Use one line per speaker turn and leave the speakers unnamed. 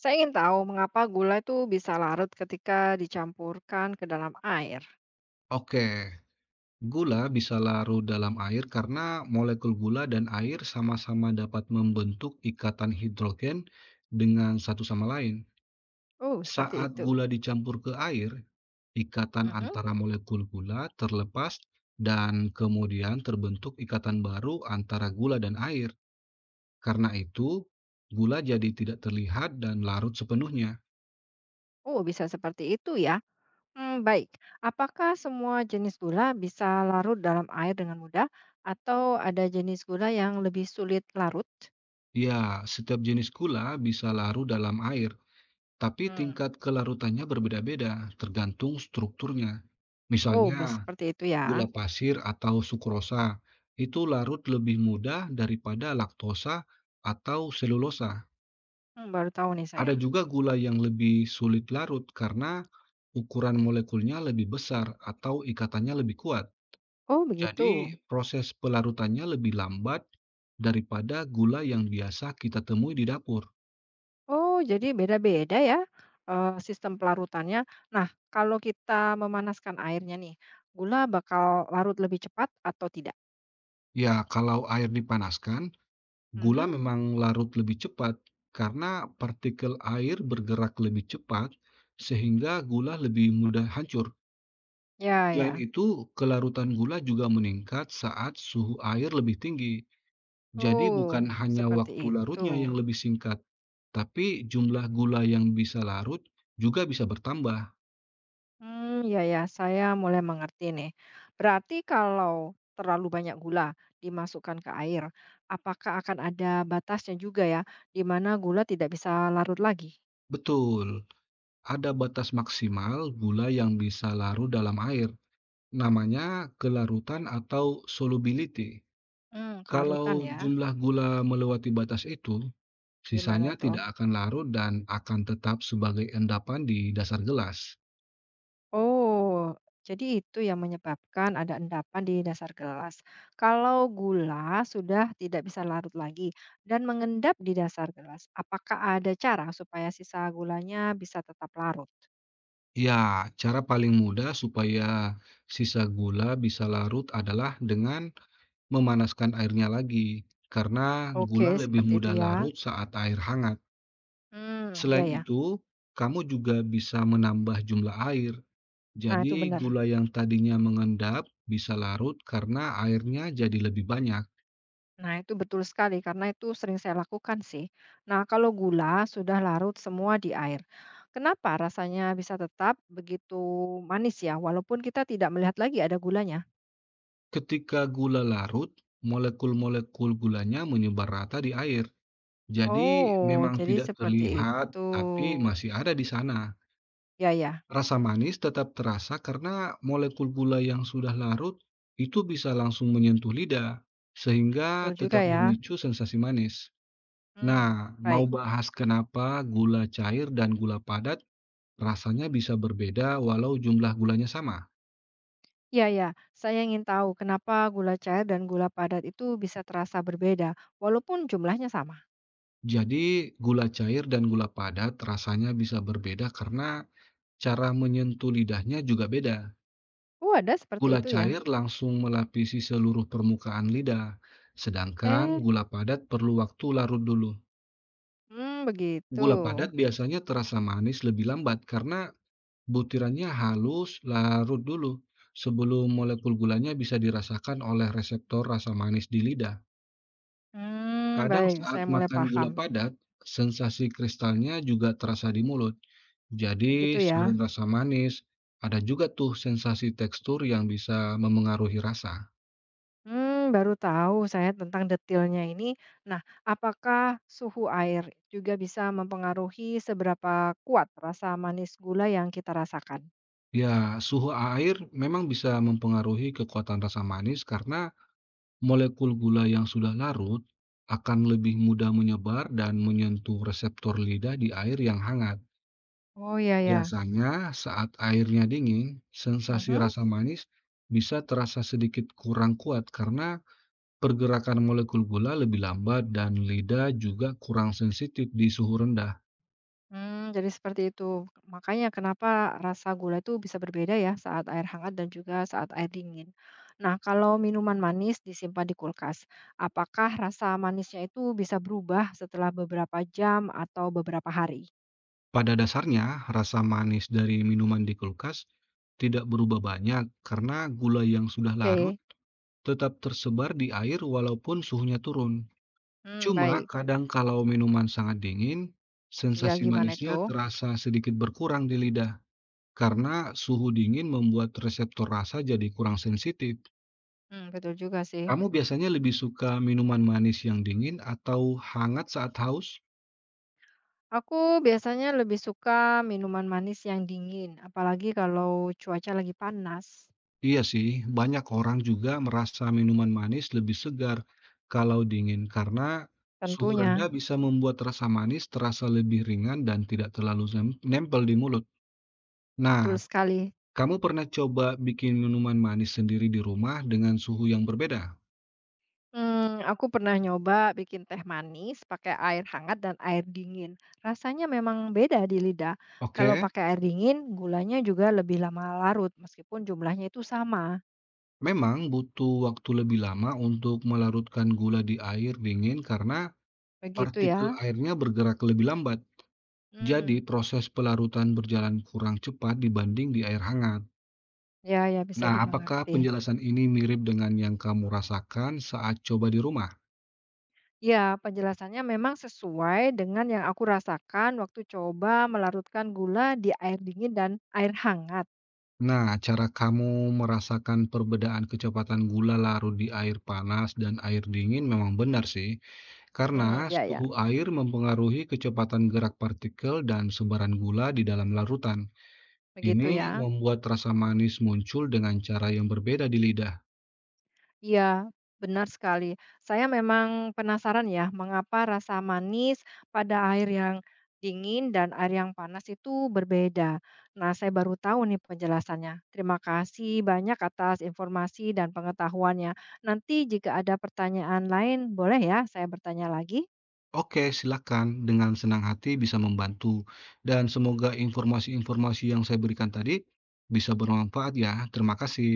Saya ingin tahu mengapa gula itu bisa larut ketika dicampurkan ke dalam air.
Oke, gula bisa larut dalam air karena molekul gula dan air sama-sama dapat membentuk ikatan hidrogen dengan satu sama lain.
Oh, seperti
Saat
itu.
gula dicampur ke air, ikatan
Mhm.
antara molekul gula terlepas dan kemudian terbentuk ikatan baru antara gula dan air. Karena itu, gula jadi tidak terlihat dan larut sepenuhnya.
Oh, bisa seperti itu ya. Hmm, baik. Apakah semua jenis gula bisa larut dalam air dengan mudah atau ada jenis gula yang lebih sulit larut?
Ya, setiap jenis gula bisa larut dalam air, tapi
Hmm.
tingkat kelarutannya berbeda-beda, tergantung strukturnya.
Oh,
Misalnya,
seperti itu
gula
ya.
pasir atau sukrosa itu larut lebih mudah daripada laktosa atau selulosa.
Hmm, baru tahu nih saya.
Ada juga gula yang lebih sulit larut karena ukuran molekulnya lebih besar atau ikatannya lebih kuat.
Oh,
Jadi,
begitu.
proses pelarutannya lebih lambat daripada gula yang biasa kita temui di dapur.
Oh, jadi beda-beda ya, sistem pelarutannya. Nah, kalau kita memanaskan airnya nih, gula bakal larut lebih cepat atau tidak?
Ya, kalau air dipanaskan, gula
Mhm,
memang larut lebih cepat karena partikel air bergerak lebih cepat sehingga gula lebih mudah hancur.
ya
Selain
ya.
itu, kelarutan gula juga meningkat saat suhu air lebih tinggi. Jadi bukan
Oh,
hanya
seperti
waktu larutnya
itu.
yang lebih singkat, tapi jumlah gula yang bisa larut juga bisa bertambah.
Hmm, ya ya, saya mulai mengerti nih. Berarti kalau terlalu banyak gula dimasukkan ke air, apakah akan ada batasnya juga ya, di mana gula tidak bisa larut lagi?
Betul, ada batas maksimal gula yang bisa larut dalam air. Namanya kelarutan atau solubility.
Hmm,
Kalau
kelarutan ya,
jumlah gula melewati batas itu,
gimana
sisanya
itu?
tidak akan larut dan akan tetap sebagai endapan di dasar gelas.
Oh, jadi itu yang menyebabkan ada endapan di dasar gelas. Kalau gula sudah tidak bisa larut lagi dan mengendap di dasar gelas, apakah ada cara supaya sisa gulanya bisa tetap larut?
Ya, cara paling mudah supaya sisa gula bisa larut adalah dengan memanaskan airnya lagi, karena
Oke,
gula lebih
seperti itu
mudah
ya.
larut saat air hangat.
Hmm, ya
Selain
ya.
itu, kamu juga bisa menambah jumlah air.
Nah, itu
Jadi,
benar.
gula yang tadinya mengendap bisa larut karena airnya jadi lebih banyak.
Nah, itu betul sekali karena itu sering saya lakukan sih. Nah, kalau gula sudah larut semua di air, kenapa rasanya bisa tetap begitu manis ya, walaupun kita tidak melihat lagi ada gulanya?
Ketika gula larut, molekul-molekul gulanya menyebar rata di air. Jadi
Oh,
memang
jadi
tidak
seperti
terlihat,
itu.
tapi masih ada di sana.
Ya ya,
Rasa manis tetap terasa karena molekul gula yang sudah larut itu bisa langsung menyentuh lidah, sehingga
betul juga
tetap
ya.
memicu sensasi manis.
Hmm,
Nah, mau
baik.
bahas kenapa gula cair dan gula padat rasanya bisa berbeda walau jumlah gulanya sama?
Ya ya, saya ingin tahu kenapa gula cair dan gula padat itu bisa terasa berbeda walaupun jumlahnya sama?
Jadi, gula cair dan gula padat rasanya bisa berbeda karena cara menyentuh lidahnya juga beda.
Oh, ada seperti
Gula
itu ya?
cair langsung melapisi seluruh permukaan lidah, sedangkan
Eh,
gula padat perlu waktu larut dulu.
hmm, begitu.
Gula padat biasanya terasa manis lebih lambat karena butirannya halus larut dulu sebelum molekul gulanya bisa dirasakan oleh reseptor rasa manis di lidah.
Hmm,
Kadang
baik,
saat
saya mulai
makan
paham,
gula padat, sensasi kristalnya juga terasa di mulut. Jadi,
begitu ya?
selain rasa manis, ada juga tuh sensasi tekstur yang bisa memengaruhi rasa.
Hmm, baru tahu saya tentang detailnya ini. Nah, apakah suhu air juga bisa mempengaruhi seberapa kuat rasa manis gula yang kita rasakan?
Ya, suhu air memang bisa mempengaruhi kekuatan rasa manis karena molekul gula yang sudah larut akan lebih mudah menyebar dan menyentuh reseptor lidah di air yang hangat.
Oh, ya ya.
Biasanya, saat airnya dingin, sensasi
Mhm,
rasa manis bisa terasa sedikit kurang kuat karena pergerakan molekul gula lebih lambat dan lidah juga kurang sensitif di suhu rendah.
mmm, jadi seperti itu. Makanya kenapa rasa gula itu bisa berbeda ya saat air hangat dan juga saat air dingin. Nah, kalau minuman manis disimpan di kulkas, apakah rasa manisnya itu bisa berubah setelah beberapa jam atau beberapa hari?
Pada dasarnya, rasa manis dari minuman di kulkas tidak berubah banyak karena gula yang sudah larut
Oke,
tetap tersebar di air walaupun suhunya turun.
mmm,
Cuma
baik.
kadang kalau minuman sangat dingin,
Ya,
sensasi
gimana itu?
manisnya terasa sedikit berkurang di lidah karena suhu dingin membuat reseptor rasa jadi kurang sensitif.
Mmm, betul juga sih.
Kamu biasanya lebih suka minuman manis yang dingin atau hangat saat haus?
Aku biasanya lebih suka minuman manis yang dingin, apalagi kalau cuaca lagi panas.
Iya sih, banyak orang juga merasa minuman manis lebih segar kalau dingin karena suhu rendah
Tentunya.
bisa membuat rasa manis terasa lebih ringan dan tidak terlalu nempel di mulut. Nah,
Betul sekali.
kamu pernah coba bikin minuman manis sendiri di rumah dengan suhu yang berbeda?
Mmm, aku pernah nyoba bikin teh manis pakai air hangat dan air dingin. Rasanya memang beda di lidah. Kalau
Oke,
pakai air dingin, gulanya juga lebih lama larut meskipun jumlahnya itu sama,
memang butuh waktu lebih lama untuk melarutkan gula di air dingin karena
begitu
partikel
ya?
airnya bergerak lebih lambat. Jadi
Mmm,
proses pelarutan berjalan kurang cepat dibanding di air hangat.
ya ya bisa
Nah, mhm, apakah
dimengerti.
penjelasan ini mirip dengan yang kamu rasakan saat coba di rumah?
Ya, penjelasannya memang sesuai dengan yang aku rasakan waktu coba melarutkan gula di air dingin dan air hangat.
Nah, cara kamu merasakan perbedaan kecepatan gula larut di air panas dan air dingin memang benar sih, karena
Mmm, ya ya,
suhu air mempengaruhi kecepatan gerak partikel dan sebaran gula di dalam larutan.
begitu
Ini
ya?
membuat rasa manis muncul dengan cara yang berbeda di lidah.
Iya, benar sekali. Saya memang penasaran ya, mengapa rasa manis pada air yang dingin dan air yang panas itu berbeda. Nah, saya baru tahu nih penjelasannya. Terima kasih banyak atas informasi dan pengetahuannya. Nanti jika ada pertanyaan lain, boleh ya saya bertanya lagi?
Oke, silakan. Dengan senang hati bisa membantu. Dan semoga informasi-informasi yang saya berikan tadi bisa bermanfaat ya. Terima kasih.